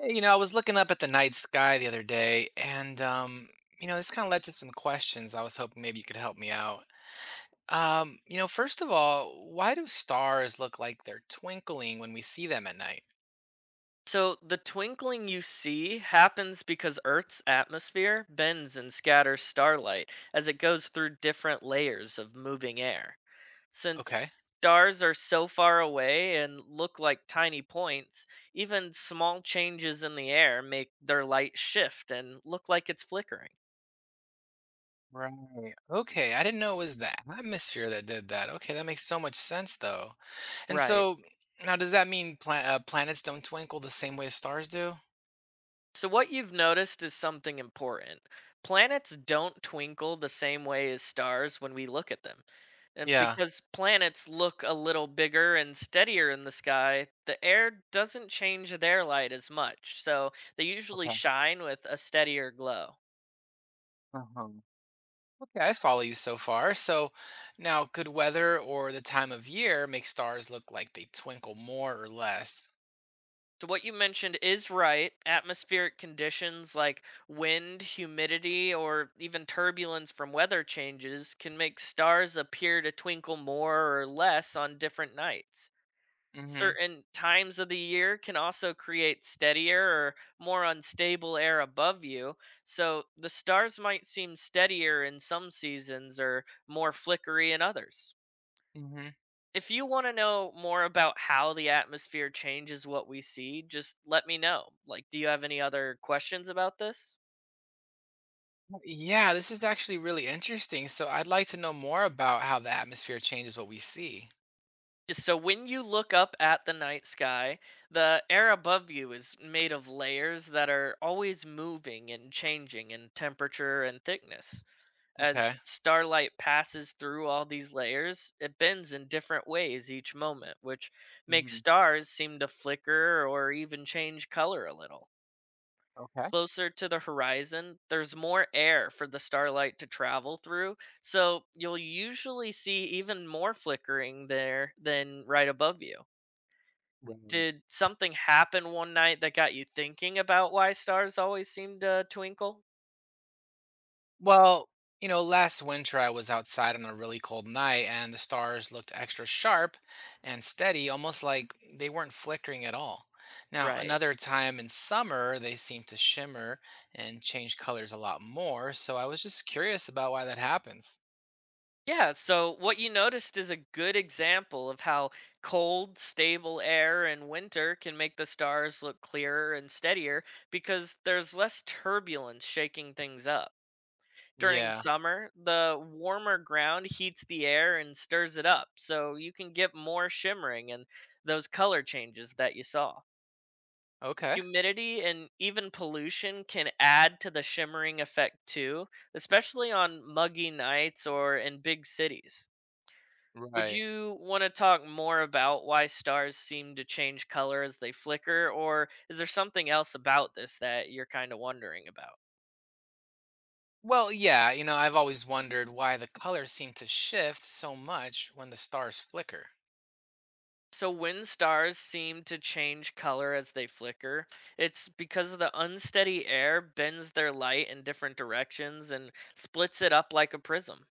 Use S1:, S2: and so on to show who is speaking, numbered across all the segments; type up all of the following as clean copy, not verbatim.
S1: Hey, I was looking up at the night sky the other day, and this kind of led to some questions. I was hoping maybe you could help me out. First of all, why do stars look like they're twinkling when we see them at night?
S2: So the twinkling you see happens because Earth's atmosphere bends and scatters starlight as it goes through different layers of moving air. Since
S1: Okay.
S2: stars are so far away and look like tiny points, even small changes in the air make their light shift and look like it's flickering.
S1: Right. Okay, I didn't know it was the atmosphere that did that. Okay, that makes so much sense though. And
S2: Right.
S1: so now, does that mean planets don't twinkle the same way as stars do?
S2: So, what you've noticed is something important. Planets don't twinkle the same way as stars when we look at them. And
S1: Yeah.
S2: because planets look a little bigger and steadier in the sky, the air doesn't change their light as much. So, they usually
S1: Okay.
S2: shine with a steadier glow.
S1: Uh-huh. Okay, I follow you so far. So now, good weather or the time of year make stars look like they twinkle more or less.
S2: So, what you mentioned is right. Atmospheric conditions like wind, humidity, or even turbulence from weather changes can make stars appear to twinkle more or less on different nights.
S1: Mm-hmm.
S2: Certain times of the year can also create steadier or more unstable air above you. So the stars might seem steadier in some seasons or more flickery in others.
S1: Mm-hmm.
S2: If you want to know more about how the atmosphere changes what we see, just let me know. Like, do you have any other questions about this?
S1: Yeah, this is actually really interesting. So I'd like to know more about how the atmosphere changes what we see.
S2: Yeah. So, when you look up at the night sky, the air above you is made of layers that are always moving and changing in temperature and thickness.
S1: Okay.
S2: As starlight passes through all these layers, it bends in different ways each moment, which makes
S1: Mm-hmm.
S2: stars seem to flicker or even change color a little.
S1: Okay.
S2: Closer to the horizon, there's more air for the starlight to travel through, so you'll usually see even more flickering there than right above you.
S1: Right.
S2: Did something happen one night that got you thinking about why stars always seem to twinkle?
S1: Well, last winter I was outside on a really cold night and the stars looked extra sharp and steady, almost like they weren't flickering at all. Now,
S2: Right.
S1: another time in summer, they seemed to shimmer and change colors a lot more, so I was just curious about why that happens.
S2: Yeah, so what you noticed is a good example of how cold, stable air in winter can make the stars look clearer and steadier because there's less turbulence shaking things up. During
S1: Yeah,
S2: summer, the warmer ground heats the air and stirs it up, so you can get more shimmering and those color changes that you saw.
S1: okay.
S2: Humidity and even pollution can add to the shimmering effect too, especially on muggy nights or in big cities. Would
S1: Right.
S2: you want to talk more about why stars seem to change color as they flicker, or is there something else about this that you're kind of wondering about?
S1: Well, yeah, I've always wondered why the colors seem to shift so much when the stars flicker.
S2: So, when stars seem to change color as they flicker, it's because of the unsteady air bends their light in different directions and splits it up like a prism.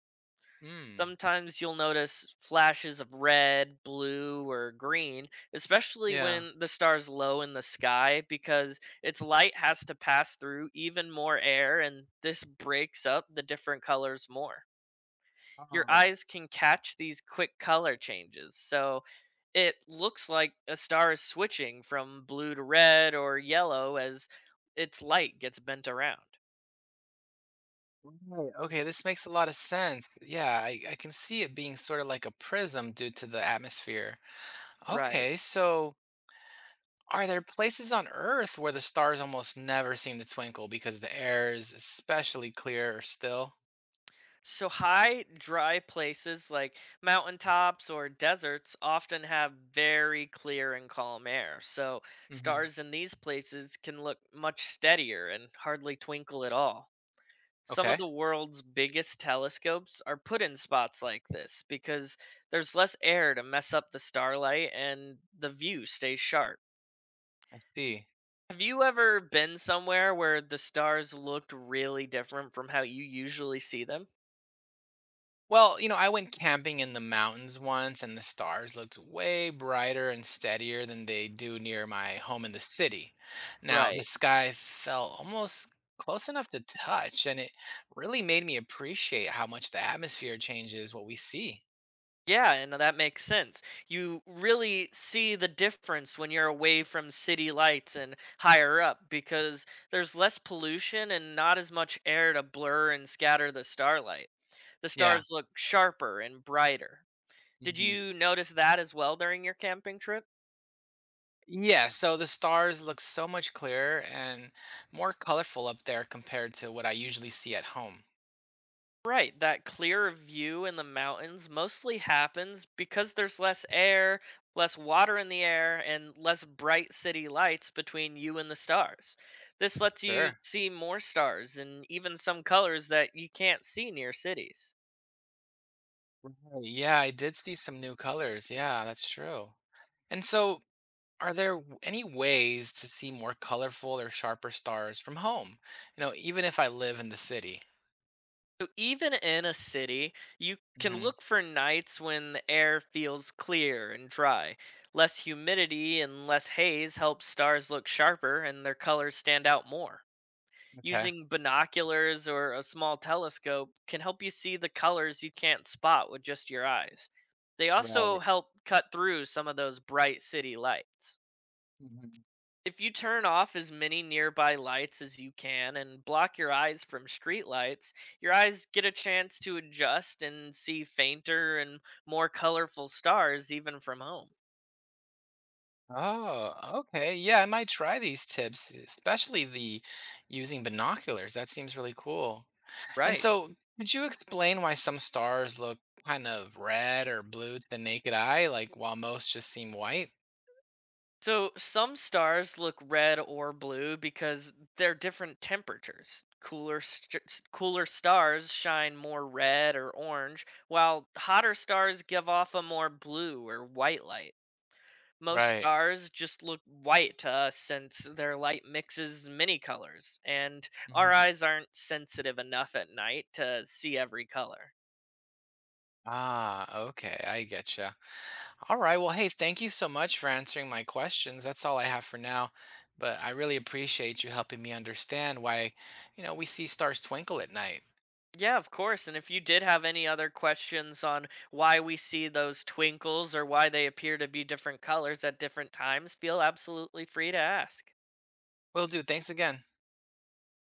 S1: Hmm,
S2: Sometimes you'll notice flashes of red, blue, or green, especially
S1: yeah.
S2: when the star's low in the sky, because its light has to pass through even more air, and this breaks up the different colors more. Your
S1: Oh.
S2: eyes can catch these quick color changes, so it looks like a star is switching from blue to red or yellow as its light gets bent around.
S1: Right. Okay, this makes a lot of sense. Yeah, I can see it being sort of like a prism due to the atmosphere.
S2: Right.
S1: Okay, so are there places on Earth where the stars almost never seem to twinkle because the air is especially clear or still?
S2: So high, dry places like mountaintops or deserts often have very clear and calm air. So
S1: Hmm.
S2: stars in these places can look much steadier and hardly twinkle at all. Some of
S1: Okay,
S2: the world's biggest telescopes are put in spots like this because there's less air to mess up the starlight and the view stays sharp.
S1: I see.
S2: Have you ever been somewhere where the stars looked really different from how you usually see them?
S1: Well, I went camping in the mountains once, and the stars looked way brighter and steadier than they do near my home in the city. Now, the
S2: Right.
S1: sky felt almost close enough to touch, and it really made me appreciate how much the atmosphere changes what we see.
S2: Yeah, and that makes sense. You really see the difference when you're away from city lights and higher up because there's less pollution and not as much air to blur and scatter the starlight. The
S1: Yeah.
S2: stars look sharper and brighter. Did
S1: Hmm.
S2: you notice that as well during your camping trip?
S1: Yeah, so the stars look so much clearer and more colorful up there compared to what I usually see at home.
S2: Right, that clear view in the mountains mostly happens because there's less air, less water in the air, and less bright city lights between you and the stars. This lets you
S1: Sure.
S2: see more stars and even some colors that you can't see near cities.
S1: Right. Yeah, I did see some new colors. Yeah, that's true. And so, are there any ways to see more colorful or sharper stars from home? Even if I live in the city.
S2: So, even in a city, you can
S1: Hmm.
S2: look for nights when the air feels clear and dry. Less humidity and less haze helps stars look sharper and their colors stand out more.
S1: Okay.
S2: Using binoculars or a small telescope can help you see the colors you can't spot with just your eyes. They also
S1: Right.
S2: help cut through some of those bright city lights.
S1: Hmm.
S2: If you turn off as many nearby lights as you can and block your eyes from street lights, your eyes get a chance to adjust and see fainter and more colorful stars even from home.
S1: Oh, okay. Yeah, I might try these tips, especially the using binoculars. That seems really cool. And
S2: Right.
S1: so, could you explain why some stars look kind of red or blue to the naked eye, like while most just seem white?
S2: So some stars look red or blue because they're different temperatures. Cooler stars shine more red or orange, while hotter stars give off a more blue or white light. Most
S1: Right.
S2: stars just look white to us since their light mixes many colors, and our eyes aren't sensitive enough at night to see every color.
S1: Ah, okay. I get you. All right. Well, hey, thank you so much for answering my questions. That's all I have for now. But I really appreciate you helping me understand why, we see stars twinkle at night.
S2: Yeah, of course. And if you did have any other questions on why we see those twinkles or why they appear to be different colors at different times, feel absolutely free to ask.
S1: Will do. Thanks again.